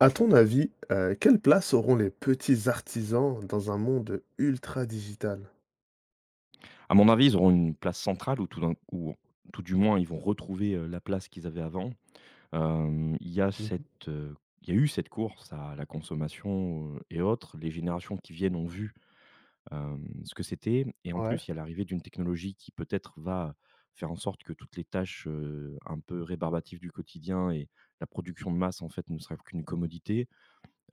À ton avis, quelle place auront les petits artisans dans un monde ultra digital? À mon avis, ils auront une place centrale ou tout d'un ou tout du moins, ils vont retrouver, la place qu'ils avaient avant. Hem, il y a Mmh. cette, Il y a eu cette course à la consommation, et autres. Les générations qui viennent ont vu, ce que c'était et en Ouais. plus, il y a l'arrivée d'une technologie qui peut-être va faire en sorte que toutes les tâches, un peu rébarbatives du quotidien et la production de masse, en fait, ne sera qu'une commodité.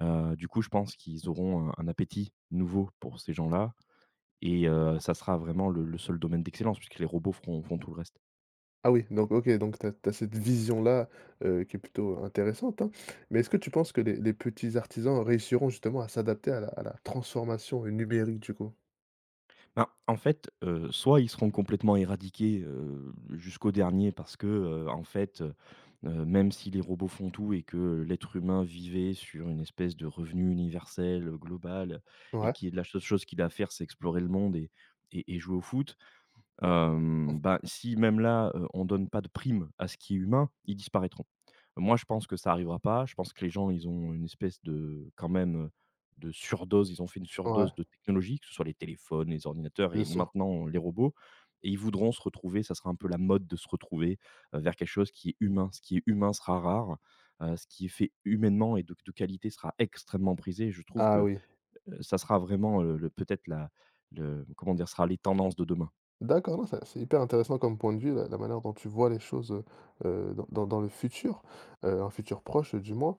Du coup, je pense qu'ils auront un appétit nouveau pour ces gens-là et ça sera vraiment le seul domaine d'excellence puisque les robots feront tout le reste. Ah oui, donc OK, donc tu as cette vision-là, qui est plutôt intéressante, hein. Mais est-ce que tu penses que les petits artisans réussiront justement à s'adapter à la transformation numérique du coup? Ben, en fait, soit ils seront complètement éradiqués, jusqu'au dernier parce que, même si les robots font tout et que l'être humain vivait sur une espèce de revenu universel, global et Ouais, qui est la seule chose qu'il a à faire, c'est explorer le monde et jouer au foot, ben, si même là, on donne pas de prime à ce qui est humain, ils disparaîtront. Moi, je pense que ça arrivera pas. Je pense que les gens, ils ont une espèce de quand même, de surdose. Ils ont fait une ouais, surdose de technologie, que ce soit les téléphones, les ordinateurs bien et sûr. maintenant les robots et ils voudront se retrouver, ça sera un peu la mode de se retrouver, vers quelque chose qui est humain. Ce qui est humain sera rare, ce qui est fait humainement et de qualité sera extrêmement prisé. Je trouve Ah que, oui. Ça sera vraiment, le peut-être la le comment dire? Sera les tendances de demain. D'accord, non, ça c'est hyper intéressant comme point de vue, la manière dont tu vois les choses, dans dans le futur, un futur proche du moins.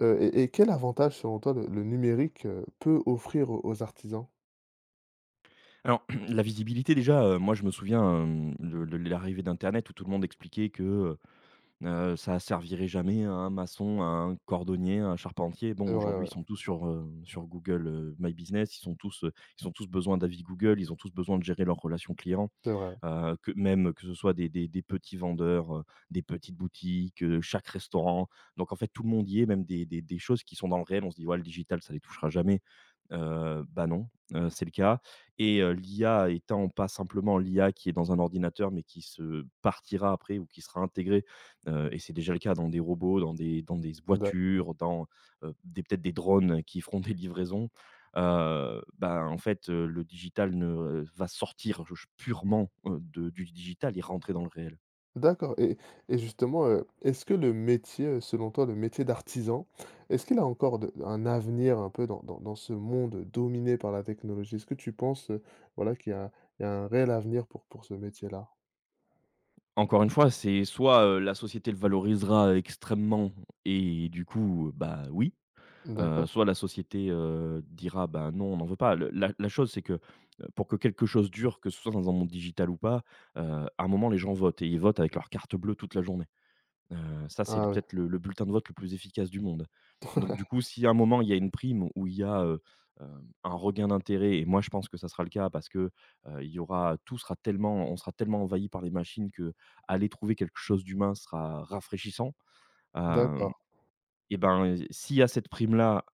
Et et quel avantage, selon toi, le numérique, peut offrir aux artisans? Alors la visibilité déjà, moi je me souviens, de l'arrivée d'internet où tout le monde expliquait que, ça servirait jamais à un maçon, à un cordonnier, à un charpentier. C'est Bon, vrai, aujourd'hui, ouais, ils sont tous sur Google, My Business. Ils ont tous besoin d'avis Google. Ils ont tous besoin de gérer leurs relations clients, c'est vrai. Que même que ce soit des petits vendeurs, des petites boutiques, chaque restaurant. Donc en fait, tout le monde y est, même des choses qui sont dans le réel. On se dit: «Ouais, le digital, ça les touchera jamais». Bah non, c'est le cas et l'IA étant pas simplement l'IA qui est dans un ordinateur, mais qui se partira après ou qui sera intégrée, et c'est déjà le cas dans des robots, dans des D'a voitures, des peut-être des drones qui feront des livraisons. Ben, en fait, le digital ne va sortir purement, de du digital et rentrer dans le réel. d'accord et justement, est-ce que le métier, selon toi, le métier d'artisan, est-ce qu'il a encore de un avenir un peu dans dans ce monde dominé par la technologie? Est-ce que tu penses, voilà, qu'il y a il y a un réel avenir pour ce métier-là? Encore une fois, c'est soit, la société le valorisera extrêmement et du coup, bah, oui, D'accord. soit la société, dira: «Ben, non, on n'en veut pas». Le la la chose, c'est que, pour que quelque chose dure, que ce soit dans un monde digital ou pas, heu, à un moment, les gens votent et ils votent avec leur carte bleue toute la journée. Ça, c'est Ah le oui, peut-être le bulletin de vote le plus efficace du monde. Donc du coup, si à un moment il y a une prime où il y a, un regain d'intérêt et moi je pense que ça sera le cas parce que, il y aura tout sera tellement on sera tellement envahi par les machines que aller trouver quelque chose d'humain sera rafraîchissant. Hem d'accord. Et ben, s'il y a cette prime-là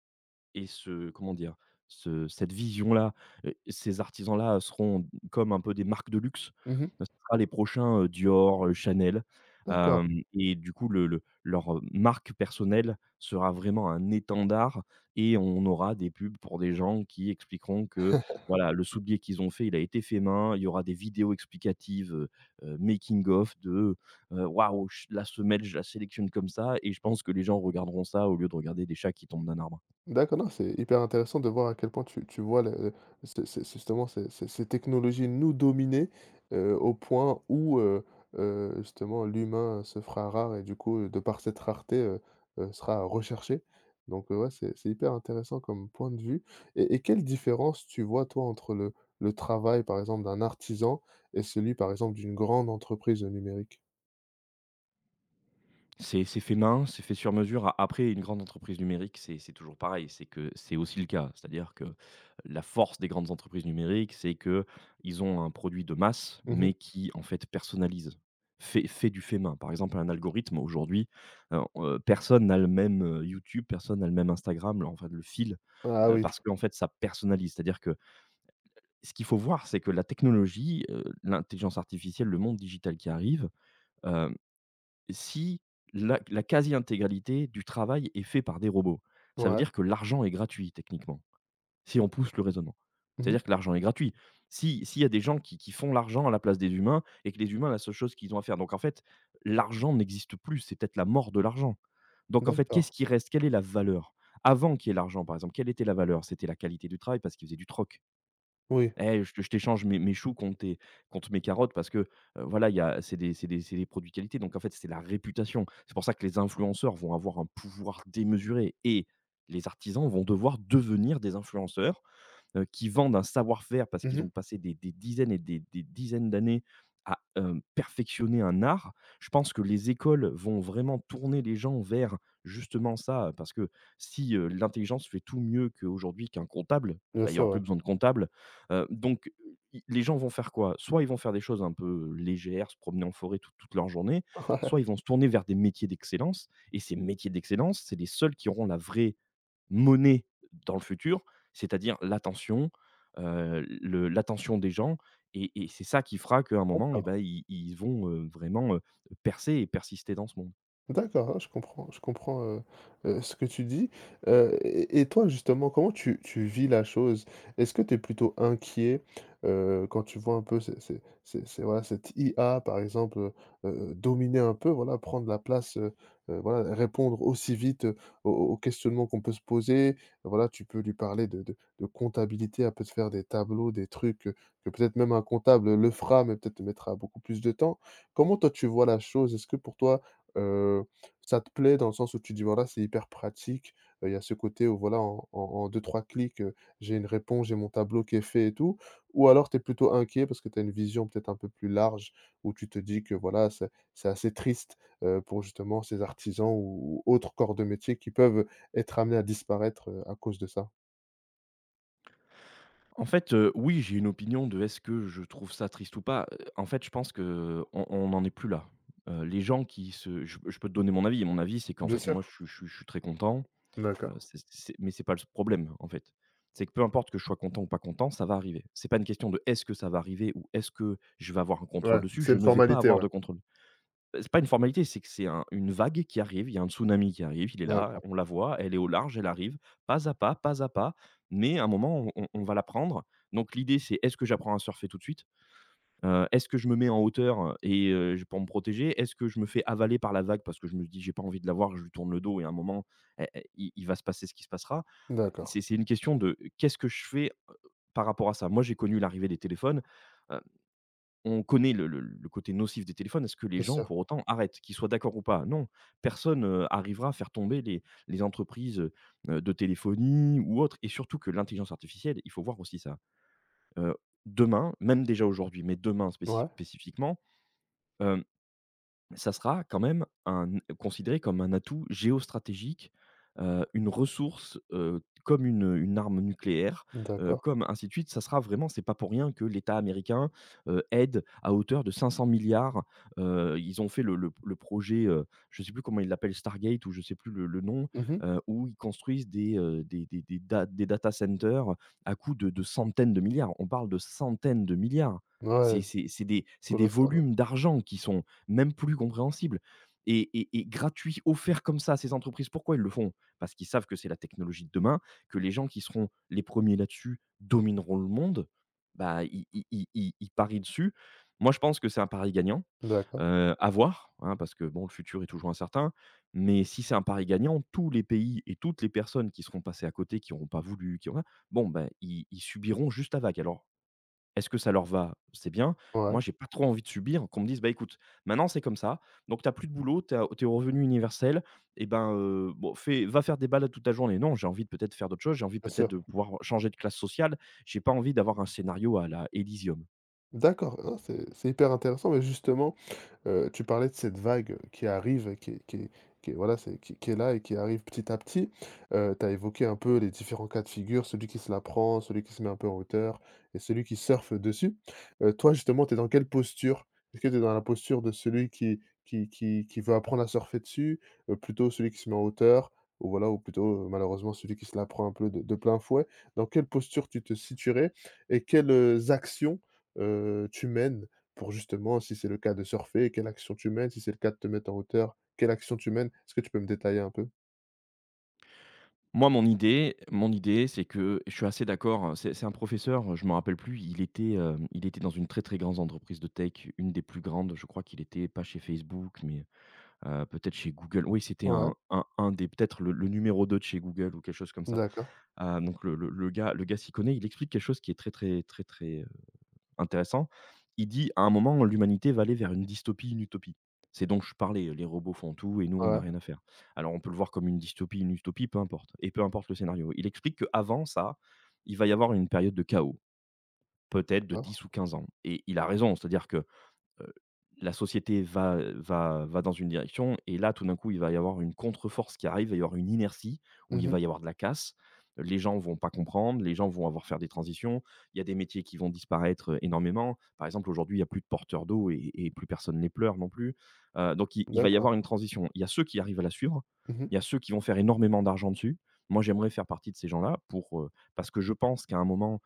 et ce comment dire? Ce cette vision-là, ces artisans-là seront comme un peu des marques de luxe. Mmh. Ce sera les prochains, Dior, Chanel, D'accord. hem et du coup marque personnelle sera vraiment un étendard et on aura des pubs pour des gens qui expliqueront que voilà, le soulier qu'ils ont fait, il a été fait main. Il y aura des vidéos explicatives, making of de, «Waouh, ch la semelle, je la sélectionne comme ça» et je pense que les gens regarderont ça au lieu de regarder des chats qui tombent d'un arbre. D'accord, non, c'est hyper intéressant de voir à quel point tu tu vois le ce ce justement ces ces technologies nous dominer, au point où, justement l'humain se fera rare et du coup, de par cette rareté, sera recherché. Donc, ouais, c'est hyper intéressant comme point de vue et quelle différence tu vois, toi, entre le travail, par exemple, d'un artisan et celui, par exemple, d'une grande entreprise, numérique? C'est fait main, c'est fait sur mesure. A après, une grande entreprise numérique, c'est toujours pareil, c'est que c'est aussi le cas. C'est-à-dire que la force des grandes entreprises numériques, c'est que ils ont un produit de masse, Mmh. mais qui en fait personnalise, fait main. Par exemple, un algorithme aujourd'hui, on personne n'a le même, YouTube, personne n'a le même Instagram, le enfin le fil, Ah oui, parce qu'en fait ça personnalise. C'est-à-dire que ce qu'il faut voir, c'est que la technologie, l'intelligence artificielle, le monde digital qui arrive, euh, si la quasi-intégralité du travail est fait par des robots, ça veut ouais. dire que l'argent est gratuit techniquement, si on pousse le raisonnement. Mmh. C'est-à-dire que l'argent est gratuit. Si s'il y a des gens qui font l'argent à la place des humains et que les humains, la seule chose qu'ils ont à faire donc en fait, l'argent n'existe plus, c'est peut-être la mort de l'argent. Donc en fait, qu'est-ce D'accord. qui reste? Quelle est la valeur? Avant qu'il y ait l'argent par exemple, quelle était la valeur? C'était la qualité du travail parce qu'ils faisaient du troc. Oui. Eh, je t'échange mes choux contre mes carottes parce que, voilà, il y a c'est des c'est des c'est des produits qualité, donc en fait, c'est la réputation. C'est pour ça que les influenceurs vont avoir un pouvoir démesuré et les artisans vont devoir devenir des influenceurs, qui vendent un savoir-faire parce qu'ils Mmh. ont passé des dizaines et des dizaines d'années à, perfectionner un art. Je pense que les écoles vont vraiment tourner les gens vers justement ça, parce que si, l'intelligence fait tout mieux qu'aujourd'hui qu'un comptable, Bien bah, il y sûr, aura plus ouais. besoin de comptable. Donc i Les gens vont faire quoi? Soit ils vont faire des choses un peu légères, se promener en forêt toute leur journée, soit ils vont se tourner vers des métiers d'excellence et ces métiers d'excellence, c'est les seuls qui auront la vraie monnaie dans le futur, c'est-à-dire l'attention, le l'attention des gens et c'est ça qui fera qu'à un Ouais. moment et ben, D'accord. ils vont, vraiment, percer et persister dans ce monde. D'accord, hein, je comprends, ce que tu dis, et et toi justement, comment tu tu vis la chose? Est-ce que tu es plutôt inquiet, quand tu vois un peu ces ces voilà, cette IA par exemple, dominer un peu, voilà, prendre la place, voilà, répondre aussi vite, aux aux questionnements qu'on peut se poser? Voilà, tu peux lui parler de de comptabilité, elle peut te faire des tableaux, des trucs, que peut-être même un comptable le fera, mais peut-être te mettra beaucoup plus de temps. Comment toi tu vois la chose? Est-ce que pour toi? Heu, Ça te plaît dans le sens où tu dis: «Voilà, c'est hyper pratique». Il y a ce côté où voilà, en 2-3 clics, j'ai une réponse, j'ai mon tableau qui est fait et tout? Ou alors tu es plutôt inquiet parce que tu as une vision peut-être un peu plus large où tu te dis que voilà, c'est assez triste, pour justement ces artisans ou autres corps de métier qui peuvent être amenés à disparaître, à cause de ça? En fait, oui, j'ai une opinion de est-ce que je trouve ça triste ou pas? En fait, je pense que on n'en est plus là. Les gens qui se Je peux te donner mon avis. Et mon avis, c'est qu'en Bien fait, sûr. moi, je suis très content, D'accord. C'est mais c'est pas le problème, en fait. C'est que peu importe que je sois content ou pas content, ça va arriver. C'est pas une question de est-ce que ça va arriver ou est-ce que je vais avoir un contrôle Ouais, dessus? c'est Je une ne vais pas formalité, avoir ouais. de contrôle. C'est pas une formalité, c'est que c'est un une vague qui arrive, il y a un tsunami qui arrive, il est là, D'accord, on la voit, elle est au large, elle arrive, pas à pas, pas à pas, mais à un moment, on va la prendre. Donc l'idée, c'est: «Est-ce que j'apprends à surfer tout de suite? Est-ce que je me mets en hauteur et j pour me protéger? Est-ce que je me fais avaler par la vague parce que je me dis: "J'ai pas envie de la voir", je lui tourne le dos et à un moment, il va se passer ce qui se passera». D'accord. C'est une question de qu'est-ce que je fais, par rapport à ça? Moi, j'ai connu l'arrivée des téléphones, euh, on connaît le côté nocif des téléphones. Est-ce que les Bien gens sûr. pour autant arrêtent? Qu'ils soient d'accord ou pas? Non. Personne, arrivera à faire tomber les entreprises, de téléphonie ou autres et surtout que l'intelligence artificielle, il faut voir aussi ça. Heu, Demain, même déjà aujourd'hui, mais demain Ouais. spécifiquement, ça sera quand même un considéré comme un atout géostratégique, une ressource, une arme nucléaire, D'accord. comme ainsi de suite. Ça sera vraiment C'est pas pour rien que l'État américain, aide à hauteur de 500 000 000 000. Ils ont fait le projet, je sais plus comment ils l'appellent, Stargate ou je sais plus le nom, Mmh mh. Où ils construisent des da des data centers à coût de centaines de milliards. On parle de centaines de milliards. C'est Ouais, c'est c'est des c'est des colossal. volumes d'argent qui sont même plus compréhensible. Et gratuit, offert comme ça à ces entreprises, pourquoi ils le font? Parce qu'ils savent que c'est la technologie de demain, que les gens qui seront les premiers là-dessus domineront le monde. Bah, ils parient dessus. Moi, je pense que c'est un pari gagnant. D'accord. À voir, hein, parce que bon, le futur est toujours incertain. Mais si c'est un pari gagnant, tous les pays et toutes les personnes qui seront passées à côté, qui n'auront pas voulu, qui auront... bon, ben, ils subiront juste la vague. Alors, est-ce que ça leur va? C'est bien. Ouais, Moi, j'ai pas trop envie de subir, qu'on me dise: «Bah, écoute, maintenant c'est comme ça, donc t'as plus de boulot, tu as au revenu universel et ben, bon, fais va faire des balades toute la journée». Non, j'ai envie de peut-être faire d'autres choses, j'ai envie bien peut-être sûr. de pouvoir changer de classe sociale. J'ai pas envie d'avoir un scénario à la Elysium. D'accord, ah c'est hyper intéressant, mais justement, tu parlais de cette vague qui arrive, qui est qui est voilà, c'est qui est là et qui arrive petit à petit. Tu as évoqué un peu les différents cas de figure, celui qui se la prend, celui qui se met un peu en hauteur et celui qui surfe dessus. Toi, justement, tu es dans quelle posture? Est-ce que tu es dans la posture de celui qui veut apprendre à surfer dessus? Plutôt celui qui se met en hauteur? Ou voilà, ou plutôt, malheureusement, celui qui se la prend un peu de plein fouet? Dans quelle posture tu te situerais et quelles, actions, tu mènes? Pour justement, si c'est le cas de surfer, quelle action tu mènes? Si c'est le cas de te mettre en hauteur, quelle action tu mènes? Est-ce que tu peux me détailler un peu? Moi, mon idée, c'est que je suis assez d'accord, c'est un professeur, je me rappelle plus, il était, il était dans une très, très grande entreprise de tech, une des plus grandes. Je crois qu'il était pas chez Facebook, mais peut-être chez Google. Oui, c'était Ouais, un des peut-être le numéro 2 de chez Google ou quelque chose comme ça. d'accord. Donc le gars s'y connaît. Il explique quelque chose qui est très, très, très, très, intéressant. Il dit: «À un moment, l'humanité va aller vers une dystopie, une utopie». C'est dont je parlais, les robots font tout et nous, on n'a Ouais, rien à faire. Alors on peut le voir comme une dystopie, une utopie, peu importe et peu importe le scénario. Il explique qu'avant ça, il va y avoir une période de chaos, peut-être de d'accord. 10 ou 15 ans et il a raison. C'est-à-dire que heu, la société va dans une direction et là, tout d'un coup, il va y avoir une contre-force qui arrive, il va y avoir une inertie où il Mmh. va y avoir de la casse. Les gens vont pas comprendre, les gens vont avoir faire des transitions. Il y a des métiers qui vont disparaître, énormément. Par exemple, aujourd'hui, il y a plus de porteurs d'eau et plus personne les pleure non plus. Donc il va y D'accord. avoir une transition. Il y a ceux qui arrivent à la suivre, Mmh. il y a ceux qui vont faire énormément d'argent dessus. Moi, j'aimerais faire partie de ces gens-là pour, parce que je pense qu'à un moment,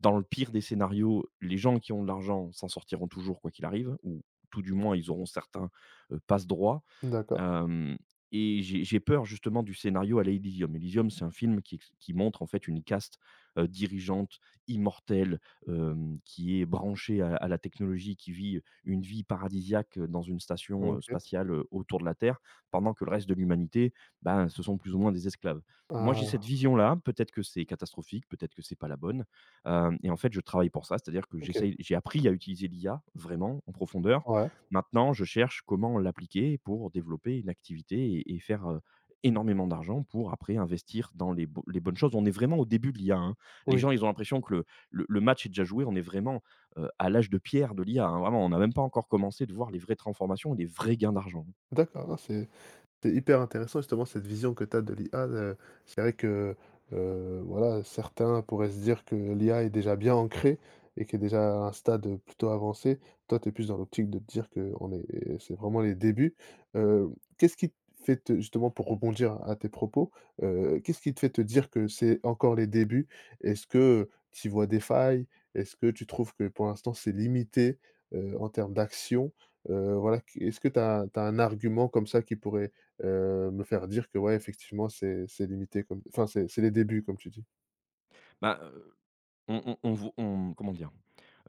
dans le pire des scénarios, les gens qui ont de l'argent s'en sortiront toujours quoi qu'il arrive, ou tout du moins ils auront certains passe-droits. D'accord. Hem, et j'ai peur justement du scénario à la Elysium. Elysium, c'est un film qui montre en fait une caste, dirigeante, immortelle, hem, qui est branchée à la technologie, qui vit une vie paradisiaque, dans une station, OK. spatiale, autour de la Terre, pendant que le reste de l'humanité, ben, ce sont plus ou moins des esclaves. Moi, j'ai cette Ah, vision-là, peut-être que c'est catastrophique, peut-être que c'est pas la bonne, hem, et en fait, je travaille pour ça. C'est-à-dire que OK. j'essaye, j'ai appris à utiliser l'IA vraiment en profondeur. Ouais. Maintenant, je cherche comment l'appliquer pour développer une activité et faire, énormément d'argent pour après investir dans les bonnes choses. On est vraiment au début de l'IA, hein. Les Oui, gens, ils ont l'impression que le match est déjà joué. On est vraiment, à l'âge de pierre de l'IA, hein. Vraiment, on n'a même pas encore commencé de voir les vraies transformations et les vrais gains d'argent. d'accord, non, c'est... C'est hyper intéressant justement cette vision que tu as de l'IA, c'est vrai que, voilà, certains pourraient se dire que l'IA est déjà bien ancrée et qui est déjà à un stade, plutôt avancé. Toi, tu es plus dans l'optique de te dire que on est c'est vraiment les débuts. Heu, qu'est-ce qui te fait te justement pour rebondir à tes propos, qu'est-ce qui te fait te dire que c'est encore les débuts? Est-ce que, tu vois des failles? Est-ce que tu trouves que pour l'instant c'est limité, en termes d'action? Voilà, qu est-ce que tu as un argument comme ça qui pourrait... me faire dire que ouais, effectivement, c'est limité comme enfin, c'est les débuts comme tu dis. Bah, on comment dire?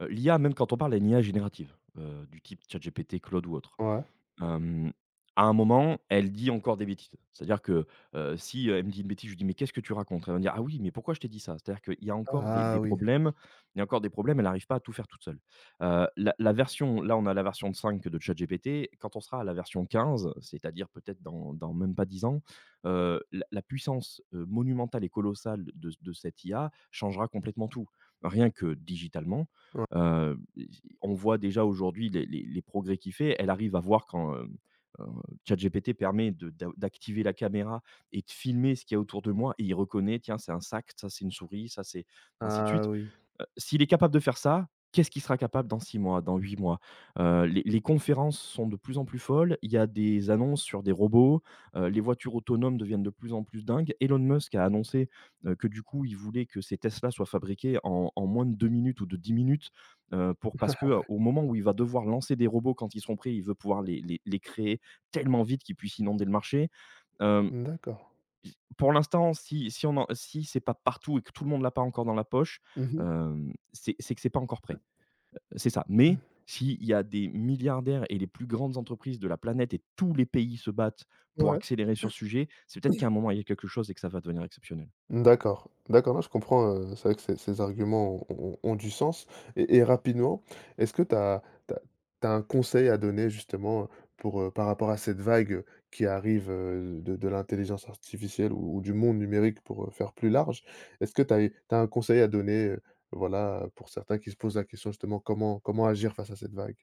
L'IA, même quand on parle à une IA générative, du type ChatGPT, Claude ou autre. Ouais. Hem, à un moment, elle dit encore des bêtises. C'est-à-dire que, si, elle me dit une bêtise, je lui dis: «Mais qu'est-ce que tu racontes?» Elle va me dire: «Ah oui, mais pourquoi je t'ai dit ça?» C'est-à-dire qu'il y a encore des Ah des oui. problèmes, il y a encore des problèmes, elle arrive pas à tout faire toute seule. La version là, on a la version 5 de ChatGPT. Quand on sera à la version 15, c'est-à-dire peut-être dans même pas 10 ans, la puissance, monumentale et colossale de cette IA changera complètement tout. Rien que digitalement, Ouais. Heu, on voit déjà aujourd'hui les progrès qu'il fait. Elle arrive à voir quand, heu, ChatGPT permet de d'a d'activer la caméra et de filmer ce qu'il y a autour de moi et il reconnaît: «Tiens, c'est un sac, ça, c'est une souris, ça, c'est» ainsi de Ah suite. oui. S'il est capable de faire ça, qu'est-ce qu'il sera capable dans 6 mois, dans 8 mois? Les conférences sont de plus en plus folles, il y a des annonces sur des robots, les voitures autonomes deviennent de plus en plus dingues. Elon Musk a annoncé, que du coup, il voulait que ces Tesla soient fabriqués en moins de 2 minutes ou de 10 minutes, pour parce que au moment où il va devoir lancer des robots quand ils seront prêts, il veut pouvoir les créer tellement vite qu'ils puissent inonder le marché. Hem. D'accord. J Pour l'instant, si si on en si c'est pas partout et que tout le monde l'a pas encore dans la poche, Mmh mh. hem, c'est que c'est pas encore prêt. C'est ça. Mmh. Mais s'il y a des milliardaires et les plus grandes entreprises de la planète et tous les pays se battent pour Ouais. accélérer sur ce sujet, c'est peut-être qu'à un moment, il y a quelque chose et que ça va devenir exceptionnel. D'accord, d'accord, là, je comprends, c'est vrai que ces ces arguments ont du sens et rapidement, est-ce que tu as tu un conseil à donner justement pour, par rapport à cette vague, qui arrive, de l'intelligence artificielle ou du monde numérique pour, faire plus large? Est-ce que tu as un conseil à donner, voilà, pour certains qui se posent la question justement comment comment agir face à cette vague?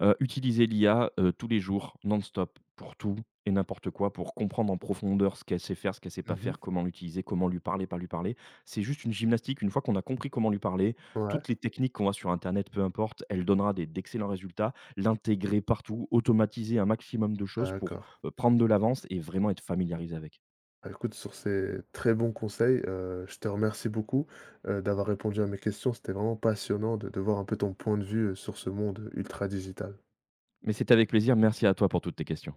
Utiliser l'IA, tous les jours, non-stop, pour tout et n'importe quoi, pour comprendre en profondeur ce qu'elle sait faire, ce qu'elle sait pas Mmh. faire, comment l'utiliser, comment lui parler, pas lui parler. C'est juste une gymnastique. Une fois qu'on a compris comment lui parler, Ouais, toutes les techniques qu'on voit sur internet, peu importe, elle donnera des d'excellents résultats. L'intégrer partout, automatiser un maximum de choses pour, d'accord. Prendre de l'avance et vraiment être familiarisé avec. Bah, écoute, sur ces très bons conseils, je te remercie beaucoup, d'avoir répondu à mes questions. C'était vraiment passionnant de voir un peu ton point de vue, sur ce monde ultra digital. Mais c'est avec plaisir. Merci à toi pour toutes tes questions.